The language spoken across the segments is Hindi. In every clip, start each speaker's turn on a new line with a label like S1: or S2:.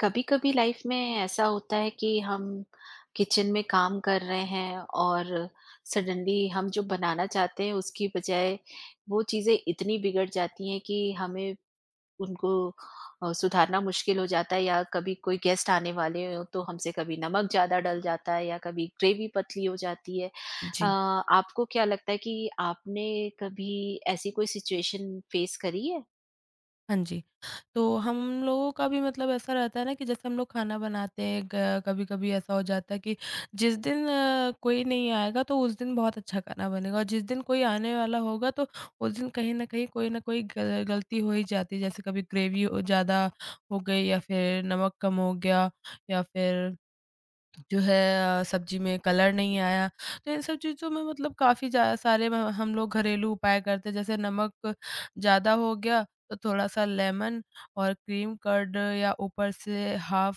S1: कभी कभी लाइफ में ऐसा होता है कि हम किचन में काम कर रहे हैं और सडनली हम जो बनाना चाहते हैं उसकी बजाय वो चीज़ें इतनी बिगड़ जाती हैं कि हमें उनको सुधारना मुश्किल हो जाता है या कभी कोई गेस्ट आने वाले हो तो हमसे कभी नमक ज़्यादा डल जाता है या कभी ग्रेवी पतली हो जाती है।
S2: जी,
S1: आपको क्या लगता है कि आपने कभी ऐसी कोई सिचुएशन फेस करी है?
S2: हाँ जी। तो हम लोगों का भी मतलब ऐसा रहता है ना कि जैसे हम लोग खाना बनाते हैं क कभी-कभी ऐसा हो जाता है कि जिस दिन कोई नहीं आएगा तो उस दिन बहुत अच्छा खाना बनेगा, और जिस दिन कोई आने वाला होगा तो उस दिन कहीं न कहीं कोई न कोई ग गलती हो ही जाती है। जैसे कभी ग्रेवी ज़्यादा हो गई, या फिर नमक कम हो गया, या फिर जो है सब्जी में कलर नहीं आया। तो इन सब चीज़ों में मतलब काफ़ी जा सारे म हम लोग घरेलू उपाय करते हैं। जैसे नमक ज़्यादा हो गया तो थोड़ा-सा लेमन और क्रीम कर्ड या ऊपर से हाफ़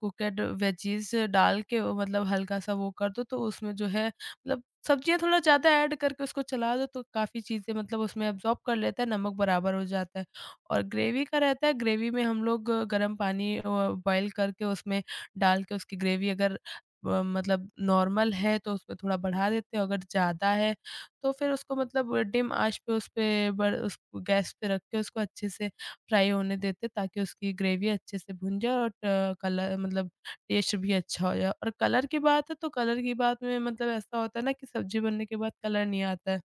S2: कुक्ड वेजीज़ डाल के वो मतलब हल्का-सा वो कर दो, तो उसमें जो है मतलब सब्जियाँ थोड़ा ज़्यादा ऐड करके उसको चला दो तो काफ़ी चीज़ें मतलब उसमें एब्ज़ॉर्ब कर लेता है, नमक बराबर हो जाता है। और ग्रेवी का रहता है, ग्रेवी में हम लोग गर्म पानी बॉयल करके उसमें डाल के उसकी ग्रेवी अगर ब मतलब नॉर्मल है तो उसपे थोड़ा बढ़ा देते हैं, अगर ज़्यादा है तो फिर उसको मतलब डिम आँच पे उसपे ब उस गैस पे रख के उसको अच्छे से फ्राई होने देते हैं, ताकि उसकी ग्रेवी अच्छे से भुन जाए और ट कलर मतलब टेस्ट भी अच्छा हो जाए। और कलर की बात है तो कलर की बात में मतलब ऐसा होता है ना कि सब्ज़ी बनने के बाद कलर नहीं आता है।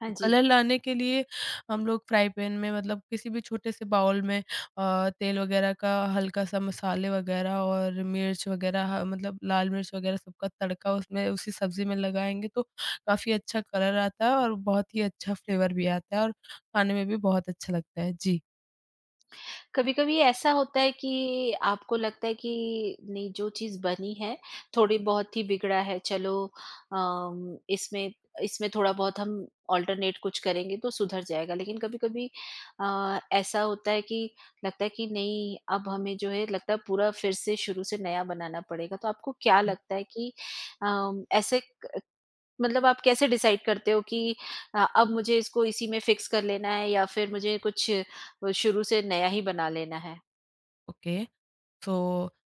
S1: हाँ
S2: तो
S1: जी।
S2: कलर लाने के लिए हम लोग फ्राई पैन में मतलब किसी भी छोटे से बाउल में तेल वगैरह का हल्का-सा मसाले वगैरह और मिर्च वगैरह ह मतलब लाल मिर्च वगैरह सबका तड़का उसमें उसी सब्ज़ी में लगाएँगे तो काफ़ी अच्छा कलर आता है, और बहुत ही अच्छा फ्लेवर भी आता है, और खाने में भी बहुत अच्छा लगता है। जी।
S1: कभी-कभी ऐसा होता है कि आपको लगता है कि नहीं जो चीज़ बनी है, थोड़ी बहुत ही बिगड़ा है, चलो इसमें इसमें थोड़ा बहुत हम ऑल्टरनेट कुछ करेंगे तो सुधर जाएगा। लेकिन कभी-कभी ऐसा होता है कि लगता है कि नहीं, अब हमें जो है लगता है पूरा फिर से शुरू से नया बनाना पड़ेगा। तो आपको क्या
S2: जी,
S1: लगता है कि ऐसे मतलब आप कैसे डिसाइड करते हो कि अब मुझे इसको इसी में फिक्स कर लेना है या फिर मुझे कुछ शुरू से नया ही बना लेना है?
S2: ओके। तो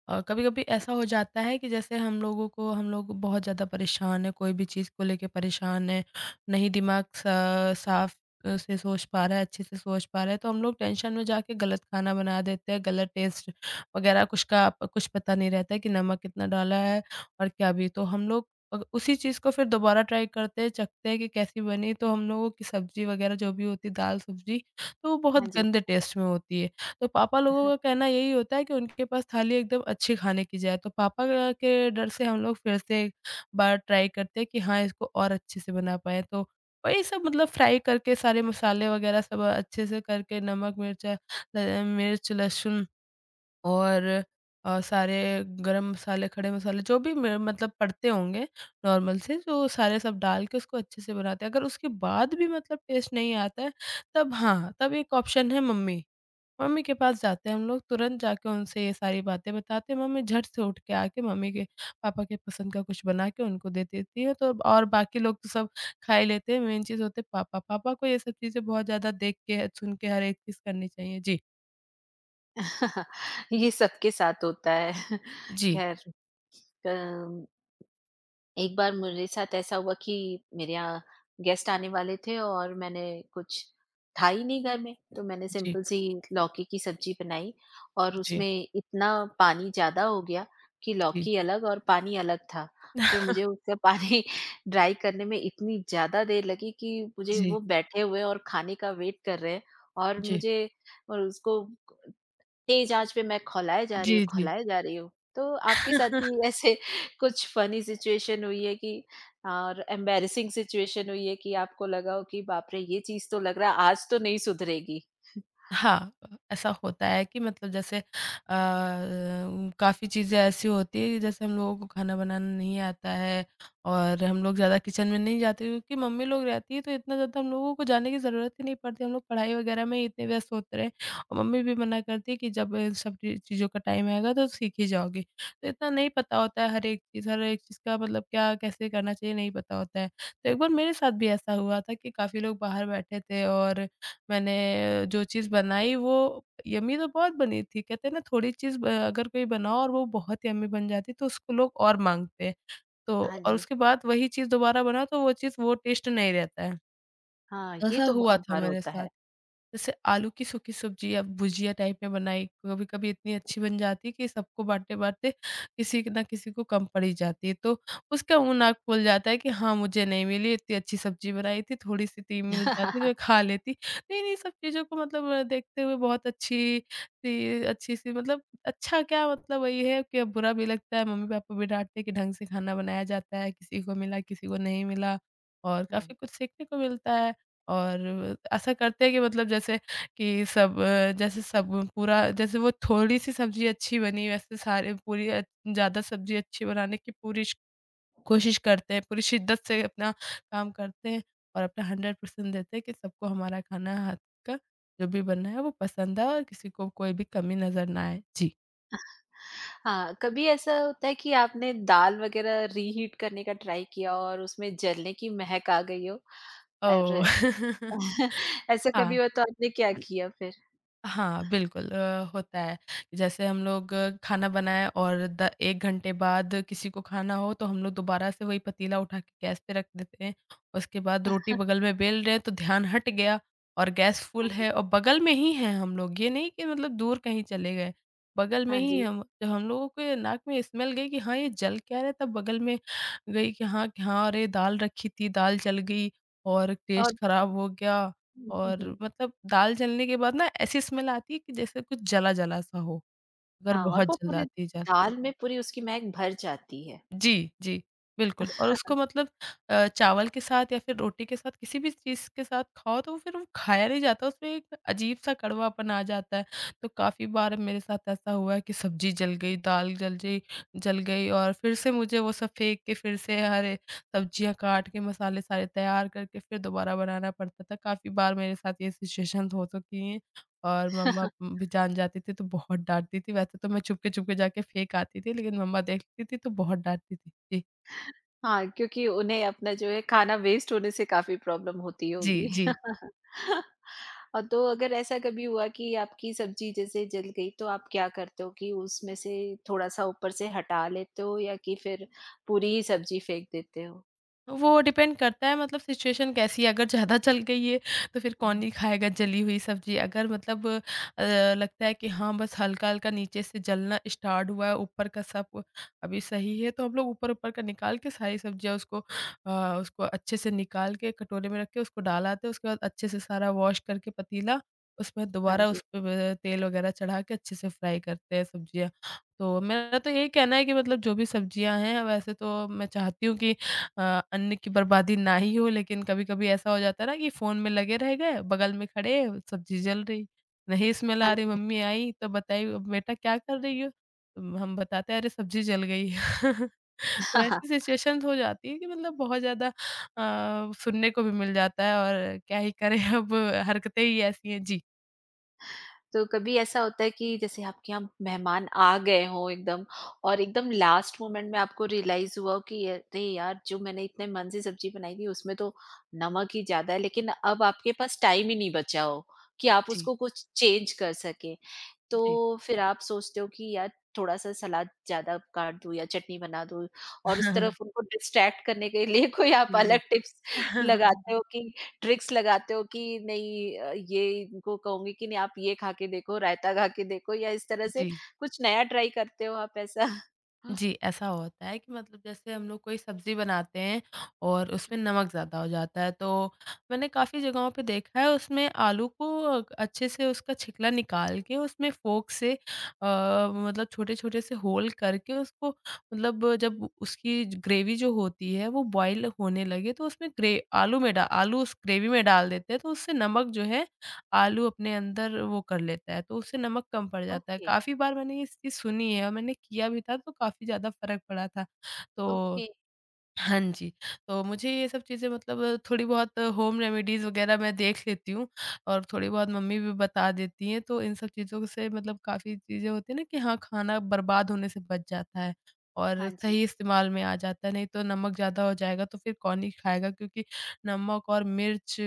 S2: कभी-कभी ऐसा हो जाता है कि जैसे हम लोगों को हम लोग बहुत ज़्यादा परेशान हैं, कोई भी चीज़ को लेके परेशान हैं, नहीं दिमाग सा साफ़ से सोच पा रहा है, अच्छे से सोच पा रहा है, तो हम लोग टेंशन में जाके गलत खाना बना देते हैं, गलत टेस्ट वगैरह कुछ का कुछ पता नहीं रहता है कि नमक कितना डाला है और क्या भी। तो हम लोग अग उसी चीज़ को फिर दोबारा ट्राई करते हैं, चखते हैं कि कैसी बनी, तो हम लोगों की सब्ज़ी वगैरह जो भी होती है, दाल-सब्ज़ी, तो वो बहुत
S1: हाँ जी।
S2: गंदे टेस्ट में होती है। तो पापा लोगों का कहना यही होता है कि उनके पास थाली एकदम अच्छी खाने की जाए, तो पापा के डर से हम लोग फिर से एक बार ट्राई करते हैं कि हाँ, इसको और अच्छे से बना पाएँ। तो वही सब मतलब फ्राई करके सारे मसाले वगैरह सब अच्छे से करके नमक, मिर्च, लहसुन और सारे गरम मसाले, खड़े मसाले जो भी म मतलब पड़ते होंगे नॉर्मल से, तो सारे सब डाल के उसको अच्छे से बनाते हैं। अगर उसके बाद भी मतलब टेस्ट नहीं आता है, तब हाँ, तब एक ऑप्शन है मम्मी। मम्मी के पास जाते हैं हम लोग, तुरंत जाके उनसे ये सारी बातें बताते हैं, मम्मी झट से उठ के आके मम्मी के पापा के पसंद का कुछ बना के उनको दे देती है, तो और बाकी लोग तो सब खा ही लेते हैं, मेन चीज़ होते हैं पापा, पापा को ये सब चीज़ें बहुत ज़्यादा देख के, सुन के हर एक चीज़ करनी चाहिए। जी।
S1: ये सबके साथ होता है।
S2: जी,
S1: ख़ैर अम, एक बार मेरे साथ ऐसा हुआ कि मेरे यहाँ गेस्ट आने वाले थे और मैंने कुछ था ही नहीं घर में, तो मैंने
S2: जी,
S1: सिंपल सी लौकी की सब्ज़ी बनाई और
S2: जी,
S1: उसमें इतना पानी ज़्यादा हो गया कि
S2: जी,
S1: लौकी अलग और पानी अलग था। फिर मुझे उसका पानी ड्राई करने में इतनी ज़्यादा देर लगी कि मुझे, वो
S2: जी,
S1: बैठे हुए और खाने का वेट कर रहे हैं और
S2: जी,
S1: मुझे और उसको तेज आँच पे मैं खौलाए जा रही हूँ,
S2: जी।
S1: खौलाए जा रही हूँ। तो आपके साथ
S2: जी
S1: भी ऐसे कुछ फ़नी सिचुएशन हुई है कि और एम्बैरेसिंग सिचुएशन हुई है कि आपको लगा हो कि बाप रे! ये चीज़ तो लग रहा है आज तो नहीं सुधरेगी।
S2: हाँ, ऐसा होता है कि मतलब जैसे काफ़ी चीज़ें ऐसी होती हैं, जैसे हम लोगों को खाना बनाना नहीं आता है और हम लोग ज़्यादा किचन में नहीं जाते, क्योंकि मम्मी लोग रहती हैं, तो इतना ज़्यादा हम लोगों को जाने की ज़रूरत ही नहीं पड़ती। हम लोग पढ़ाई वगैरह में ही इतने व्यस्त होते रहे, और मम्मी भी मना करती है कि जब इन सब ची चीज़ों का टाइम आएगा तो सीख ही जाओगी। तो इतना नहीं पता होता है हर एक चीज़ का मतलब क्या कैसे करना चाहिए नहीं पता होता है। तो एक बार मेरे साथ भी ऐसा हुआ था कि काफ़ी लोग बाहर बैठे थे, और मैंने जो चीज़ बनाई वो यम्मी तो बहुत बनी थी। कहते हैं ना, थोड़ी चीज़ ब अगर कोई बनाओ और वो बहुत यम्मी बन जाती है तो उसको लोग और माँगते हैं। तो
S1: हाँ
S2: और
S1: जी।
S2: उसके बाद वही चीज़ दोबारा बनाओ तो वो चीज़ वो टेस्ट नहीं रहता है।
S1: हाँ, ये
S2: ऐसा
S1: तो
S2: हुआ
S1: बहुत
S2: था
S1: बार
S2: मेरे
S1: होता है।
S2: साथ। जैसे आलू की सूखी सब्जी या भुजिया टाइप में बनाई, कभी-कभी इतनी अच्छी बन जाती है कि सबको बाँटते-बाँटते किसी ना किसी को कम पड़ ही जाती है। तो उसका मुँह नाक फूल जाता है कि हाँ, मुझे नहीं मिली, इतनी अच्छी सब्जी बनाई थी, थोड़ी-सी थी मिल जाती तो मैं खा लेती। तो इन्हीं सब चीज़ों को मतलब देखते हुए बहुत अच्छी-सी मतलब अच्छा क्या मतलब वही है कि अब बुरा भी लगता है, मम्मी-पापा भी डाँटते हैं कि ढंग से खाना बनाया जाता है, किसी को मिला, किसी को नहीं मिला, और
S1: हाँ।
S2: काफ़ी कुछ सीखने को मिलता है। और ऐसा करते हैं कि मतलब जैसे कि सब जैसे सब पूरा जैसे वो थोड़ी-सी सब्ज़ी अच्छी बनी वैसे सारे पूरी ज़्यादा सब्ज़ी अच्छी बनाने की पूरी श कोशिश करते हैं, पूरी शिद्दत से अपना काम करते हैं, और अपना 100% देते हैं कि सबको हमारा खाना हाथ का जो भी बना है वो पसंद आए और किसी को कोई भी कमी नज़र ना आए। जी।
S1: हाँ, कभी ऐसा होता है कि आपने दाल वग़ैरह रीहीट करने का ट्राई किया और उसमें जलने की महक आ गई हो और
S2: ओह!
S1: ऐसा कभी
S2: हाँ।
S1: हुआ तो आपने क्या किया फिर?
S2: हाँ, बिल्कुल होता है। कि जैसे हम लोग खाना बनाएँ और द 1 घंटे बाद किसी को खाना हो तो हम लोग दोबारा से वही पतीला उठा के गैस पे रख देते हैं। उसके बाद रोटी बगल में बेल रहे हैं तो ध्यान हट गया, और गैस
S1: हाँ
S2: फुल
S1: जी।
S2: है और बगल में ही हैं हम लोग। ये नहीं कि मतलब दूर कहीं चले गए, बगल में
S1: हाँ
S2: ही
S1: जी।
S2: हम, जब हम लोगों के नाक में स्मेल गई कि हाँ, ये जल क्या रहा है? तब बगल में गई कि हाँ, अरे दाल रखी थी, दाल जल गई और
S1: और
S2: टेस्ट खराब हो गया।
S1: हुँ, हुँ,
S2: और
S1: हुँ।
S2: मतलब दाल जलने के बाद ना ऐसी स्मेल आती है कि जैसे कुछ जला-जला सा हो, अगर
S1: हाँ, और
S2: बहुत
S1: वो
S2: जल्द
S1: पूरी
S2: आती है दाल।
S1: दाल में पूरी उसकी महक भर जाती है।
S2: जी, जी, बिल्कुल। और उसको मतलब चावल के साथ या फिर रोटी के साथ किसी भी चीज़ के साथ खाओ तो फिर वो खाया नहीं जाता, उसमें एक अजीब-सा कड़वापन आ जाता है। तो काफ़ी बार मेरे साथ ऐसा हुआ है कि सब्ज़ी जल गई, दाल जल गई, और फिर से मुझे वो सब फेंक के फिर से हरे सब्ज़ियाँ काट के मसाले सारे तैयार करके फिर दोबारा बनाना पड़ता था। काफ़ी बार मेरे साथ ये सिचुएशंस हो चुकी हैं। और मम्मा भी जान जाती थी तो बहुत डाँटती थी, वैसे तो मैं छुपके-छुपके जाके फेंक आती थी, लेकिन मम्मा देखती थी तो बहुत डाँटती थी। जी।
S1: हाँ, क्योंकि उन्हें अपना जो है खाना वेस्ट होने से काफ़ी प्रॉब्लम होती
S2: जी,
S1: होगी।
S2: जी।
S1: और तो अगर ऐसा कभी हुआ कि आपकी सब्ज़ी जैसे जल गई तो आप क्या करते हो कि उसमें से थोड़ा-सा ऊपर से हटा लेते हो या कि फिर पूरी ही सब्ज़ी फेंक देते हो?
S2: तो वो डिपेंड करता है, मतलब सिचुएशन कैसी है, अगर ज़्यादा चल गई है तो फिर कौन
S1: हुँ,
S2: ही खाएगा जली हुई सब्ज़ी। अगर मतलब लगता है कि हाँ, बस हल्का-हल्का नीचे से जलना स्टार्ट हुआ है, ऊपर का सब अभी सही है, तो हम लोग ऊपर-ऊपर का निकाल के सारी सब्ज़ियाँ उसको अच्छे से निकाल के कटोरे में रख के उसको डाल आते हैं। उसके बाद अच्छे से सारा वॉश करके पतीला, उसमें
S1: हाँ
S2: दोबारा
S1: जी।
S2: उस पे व तेल वगैरह चढ़ा के अच्छे से फ्राई करते हैं सब्ज़ियाँ। तो मेरा तो यही कहना है कि मतलब जो भी सब्ज़ियाँ हैं, वैसे तो मैं चाहती हूँ कि अ, अन्न की बर्बादी ना ही हो, लेकिन कभी-कभी ऐसा हो जाता है ना कि फ़ोन में लगे रह गए, बगल में खड़े, सब्ज़ी जल रही। नहीं, स्मेल
S1: हाँ
S2: आ रही,
S1: जी।
S2: मम्मी आई तो बताई, "बेटा क्या कर रही हो?" तो हम बताते हैं, "अरे! सब्ज़ी जल गई।" तो ऐसी सिचुएशंस हो जाती है कि बहुत ज़्यादा सुनने को भी मिल जाता है और क्या ही करें। अब हरकतें ही ऐसी हैं। जी।
S1: तो कभी ऐसा होता है कि जैसे आपके यहाँ मेहमान आ गए हों एकदम और एकदम लास्ट मोमेंट में आपको रियलाइज हुआ हो कि अरे यार, जो मैंने इतने मन से सब्जी बनाई थी उसमें तो नमक ही ज्यादा है, लेकिन अब आपके पास टाइम ही नहीं बचा हो कि आप
S2: जी,
S1: उसको कुछ चेंज कर सके, तो
S2: जी।
S1: फिर आप सोचते हो कि यार थोड़ा सा सलाद ज्यादा काट दूं या चटनी बना दूं और उस तरफ उनको डिस्ट्रैक्ट करने के लिए कोई आप
S2: जी, जी।
S1: अलग टिप्स लगाते हो, ट्रिक्स लगाते हो कि नहीं ये इनको कहूँगी कि नहीं आप ये खा के देखो, रायता खा के देखो, या इस तरह से
S2: जी।
S1: कुछ नया ट्राई करते हो आप ऐसा?
S2: जी, ऐसा होता है कि जैसे हम लोग कोई सब्ज़ी बनाते हैं और उसमें नमक ज़्यादा हो जाता है, तो मैंने काफ़ी जगहों पे देखा है उसमें आलू को अच्छे से उसका छिकला निकाल के उसमें फ़ोर्क से छोटे-छोटे से होल करके उसको जब उसकी ग्रेवी जो होती है वो बॉयल होने लगे तो उसमें ग्रे आलू में डा आलू उस ग्रेवी में डाल देते हैं, तो उससे नमक जो है आलू अपने अंदर वो कर लेता है, तो उससे नमक कम पड़ जाता है।
S1: ओके,
S2: काफ़ी बार मैंने ये चीज़ सुनी है और मैंने किया भी था, तो काफ़ी ज़्यादा फ़र्क पड़ा था। तो
S1: ओके।
S2: हाँ जी, तो मुझे ये सब चीज़ें थोड़ी बहुत होम रेमेडीज़ वग़ैरह मैं देख लेती हूँ और थोड़ी बहुत मम्मी भी बता देती हैं, तो इन सब चीज़ों से काफ़ी चीज़ें होती हैं ना कि हाँ, खाना बर्बाद होने से बच जाता है और
S1: हाँ जी,
S2: सही इस्तेमाल में आ जाता है, नहीं तो नमक ज़्यादा हो जाएगा तो फिर कौन ही खाएगा क्योंकि नमक और मिर्च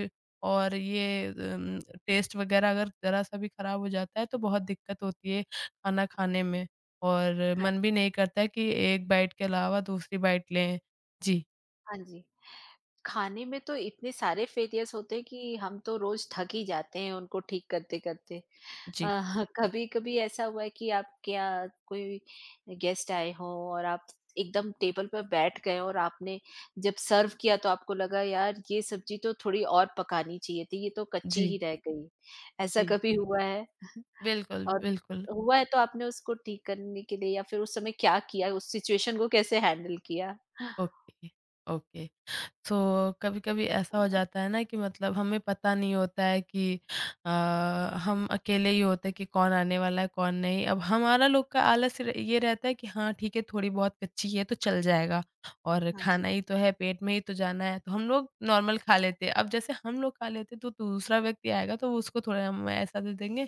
S2: और ये टेस्ट वग़ैरह अगर ज़रा-सा भी खराब हो जाता है, तो बहुत दिक्कत होती है खाना खाने में और
S1: हाँ जी,
S2: मन भी नहीं करता है कि एक बाइट के अलावा दूसरी बाइट लें। जी,
S1: हाँ जी। खाने में तो इतने सारे फेलियर्स होते हैं कि हम तो रोज़ थक ही जाते हैं उनको ठीक करते-करते।
S2: जी,
S1: कभी कभी ऐसा हुआ है कि आप क्या कोई गेस्ट आए हो और आप एकदम टेबल पर बैठ गए और आपने जब सर्व किया तो आपको लगा यार, ये सब्जी तो थोड़ी और पकानी चाहिए थी, ये तो कच्ची ही
S2: जी,
S1: रह गई। ऐसा
S2: जी।
S1: कभी हुआ है?
S2: बिल्कुल,
S1: और
S2: बिल्कुल।
S1: हुआ है तो आपने उसको ठीक करने के लिए या फिर उस समय क्या किया, उस सिचुएशन को कैसे हैंडल किया?
S2: Okay, okay. तो कभी-कभी ऐसा हो जाता है ना कि हमें पता नहीं होता है कि अ, हम अकेले ही होते हैं कि कौन आने वाला है, कौन नहीं। अब हमारा लोग का आलस र ये रहता है कि हाँ, ठीक है, थोड़ी बहुत कच्ची है तो चल जाएगा और
S1: हाँ
S2: खाना ही तो है, पेट में ही तो जाना है, तो हम लोग नॉर्मल खा लेते हैं। अब जैसे हम लोग खा लेते हैं तो दूसरा व्यक्ति आएगा तो वो उसको थोड़ा हम ऐसा दे देंगे।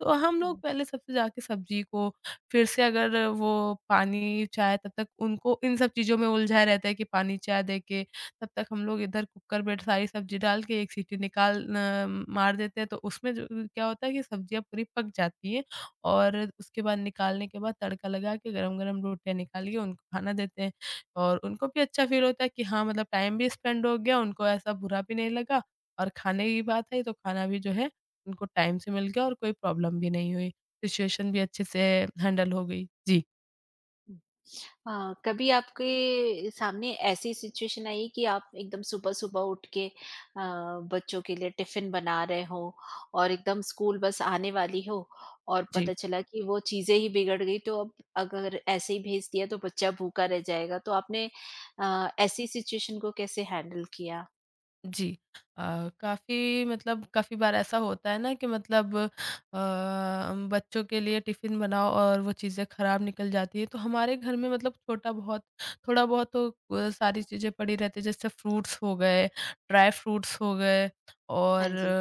S2: तो हम
S1: जी।
S2: लोग पहले सबसे जाके सब्ज़ी को फिर से अगर वो पानी, चाय तब तक उनको इन सब चीज़ों में उलझा रहता है कि पानी, चाय दे के तब तक हम लोग इधर कुकर में सारी सब्ज़ी डाल के एक सीटी निकाल न मार देते हैं तो उसमें जो क्या होता है कि सब्ज़ियाँ पूरी पक जाती हैं और उसके बाद निकालने के बाद तड़का लगा के गरम-गरम रोटियाँ निकाल के उनको खाना देते हैं। और उनको भी अच्छा फ़ील होता है कि हाँ, टाइम भी स्पेंड हो गया, उनको ऐसा बुरा भी नहीं लगा और खाने की बात है तो खाना भी जो है उनको टाइम से मिल गया और कोई प्रॉब्लम भी नहीं हुई। सिचुएशन भी अच्छे से हैंडल हो गई। जी,
S1: हुँ। हाँ, कभी आपके सामने ऐसी सिचुएशन आई कि आप एकदम सुबह-सुबह उठ के बच्चों के लिए टिफ़िन बना रहे हो और एकदम स्कूल बस आने वाली हो और
S2: जी।
S1: पता चला कि वो चीज़ें ही बिगड़ गई, तो अब अगर ऐसे ही भेज दिया तो बच्चा भूखा रह जाएगा। तो आपने ऐसी सिचुएशन को कैसे हैंडल किया?
S2: जी। काफ़ी बार ऐसा होता है ना कि बच्चों के लिए टिफ़िन बनाओ और वो चीज़ें ख़राब निकल जाती हैं। तो हमारे घर में छोटा बहुत थोड़ा बहुत तो सारी चीज़ें पड़ी रहती हैं जैसे फ्रूट्स हो गए, ड्राई फ्रूट्स हो गए
S1: हाँ
S2: और
S1: जी।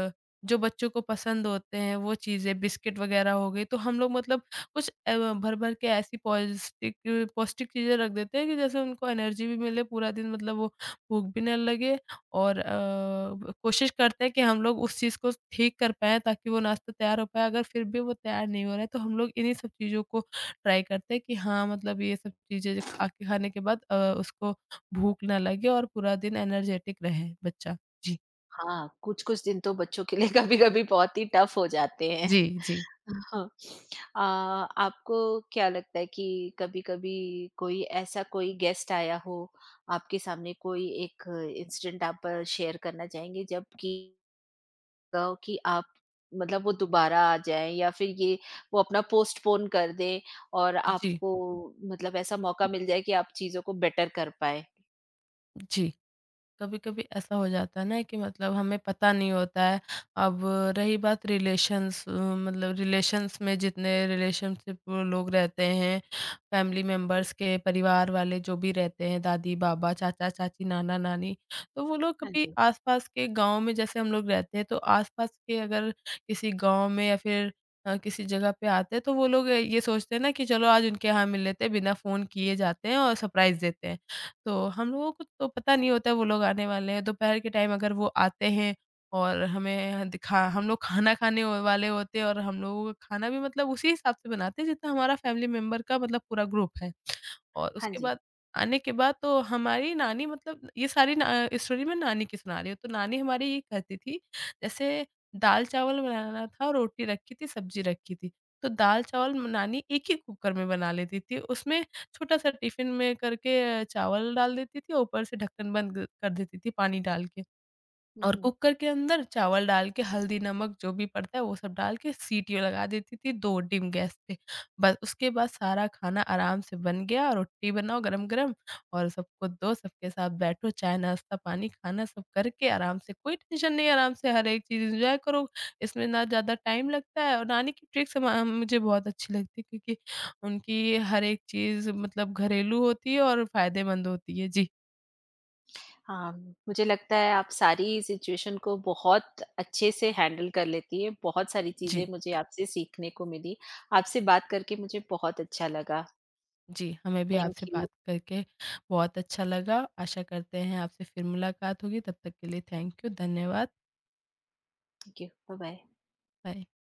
S2: जो बच्चों को पसंद होते हैं वो चीज़ें बिस्किट वग़ैरह हो गई। तो हम लोग कुछ भर-भर के ऐसी पौष्टिक पौष्टिक चीज़ें रख देते हैं कि जैसे उनको एनर्जी भी मिले पूरा दिन वो भूख भी ना लगे और अ, ब कोशिश करते हैं कि हम लोग उस चीज़ को ठीक कर पाएँ ताकि वो नाश्ता तैयार हो पाए, अगर फिर भी वो तैयार नहीं हो रहा है, तो हम लोग इन्हीं सब चीज़ों को ट्राई करते हैं कि हाँ, ये सब चीज़ें जो खा के खाने के बाद उसको भूख ना लगे और पूरा दिन एनर्जेटिक रहे बच्चा। जी।
S1: हाँ, कुछ-कुछ दिन तो बच्चों के लिए कभी-कभी बहुत ही टफ़ हो जाते हैं।
S2: जी, जी।
S1: हाँ, अ, आपको क्या लगता है कि कभी-कभी कोई ऐसा कोई गेस्ट आया हो, आपके सामने कोई एक इंसिडेंट आप शेयर करना चाहेंगे, जब कि कहो कि आप मतलब वो दोबारा आ जाएँ या फिर ये वो अपना पोस्टपोन कर दें और
S2: जी,
S1: आपको मतलब ऐसा मौका मिल जाए कि आप चीज़ों को बेटर कर पाएँ?
S2: जी। कभी-कभी ऐसा हो जाता है ना कि हमें पता नहीं होता है। अब रही बात रिलेशंस अ, मतलब रिलेशंस में जितने रिलेशनशिप लोग रहते हैं, फैमिली मेंबर्स के परिवार वाले जो भी रहते हैं, दादी-बाबा, चाचा-चाची, नाना-नानी, तो वो लोग
S1: हाँ
S2: कभी
S1: जी,
S2: आस-पास के गाँव में जैसे हम लोग रहते हैं, तो आस-पास के अगर किसी गाँव में या फिर किसी जगह पे आते हैं, तो वो लोग ये सोचते हैं ना कि चलो आज उनके यहाँ मिल लेते हैं, बिना फ़ोन किए जाते हैं और सरप्राइज़ देते हैं। तो हम लोगों को तो पता नहीं होता है वो लोग आने वाले हैं, दोपहर के टाइम अगर वो आते हैं और हमें दिखा हम लोग खाना खाने व वाले होते हैं और हम लोगों का खाना भी उसी हिसाब से बनाते हैं जितना हमारा फैमिली मेंबर का पूरा ग्रुप है। और
S1: हाँ
S2: उसके
S1: जी।
S2: बाद आने के बाद तो हमारी नानी ये सारी ना स्टोरी मैं नानी की सुना रही हूँ, तो नानी हमारी ये कहती थी जैसे दाल-चावल बनाना था, रोटी रखी थी, सब्जी रखी थी, तो दाल-चावल नानी एक ही कुकर में बना लेती थी। उसमें छोटा-सा टिफ़िन में करके चावल डाल देती थी और ऊपर से ढक्कन बंद कर देती थी पानी डाल के।
S1: हुँ,
S2: और
S1: हुँ।
S2: कुकर के अंदर चावल डाल के हल्दी, नमक जो भी पड़ता है वो सब डाल के सीटी लगा देती थी 2 डिम गैस पे। बस उसके बाद सारा खाना आराम से बन गया, रोटी बनाओ गरम-गरम और सबको दो, सबके साथ बैठो, चाय, नाश्ता, पानी, खाना सब करके आराम से कोई टेंशन नहीं, आराम से हर एक चीज़ एन्जॉय करो। इसमें ना ज़्यादा टाइम लगता है और नानी की ट्रिक्स म मुझे बहुत अच्छी लगती है क्योंकि उनकी हर एक चीज़ घरेलू होती है और फ़ायदेमंद होती है। जी,
S1: हाँ, मुझे लगता है आप सारी सिचुएशन को बहुत अच्छे से हैंडल कर लेती हैं। बहुत सारी चीज़ें
S2: जी।
S1: मुझे आपसे सीखने को मिली। आपसे बात करके मुझे बहुत अच्छा लगा।
S2: जी, हमें भी आपसे
S1: थैंक यू।
S2: बात करके बहुत अच्छा लगा। आशा करते हैं आपसे फिर मुलाकात होगी। तब तक के लिए थैंक यू, धन्यवाद,
S1: थैंक यू। बाय-बाय।
S2: बाय।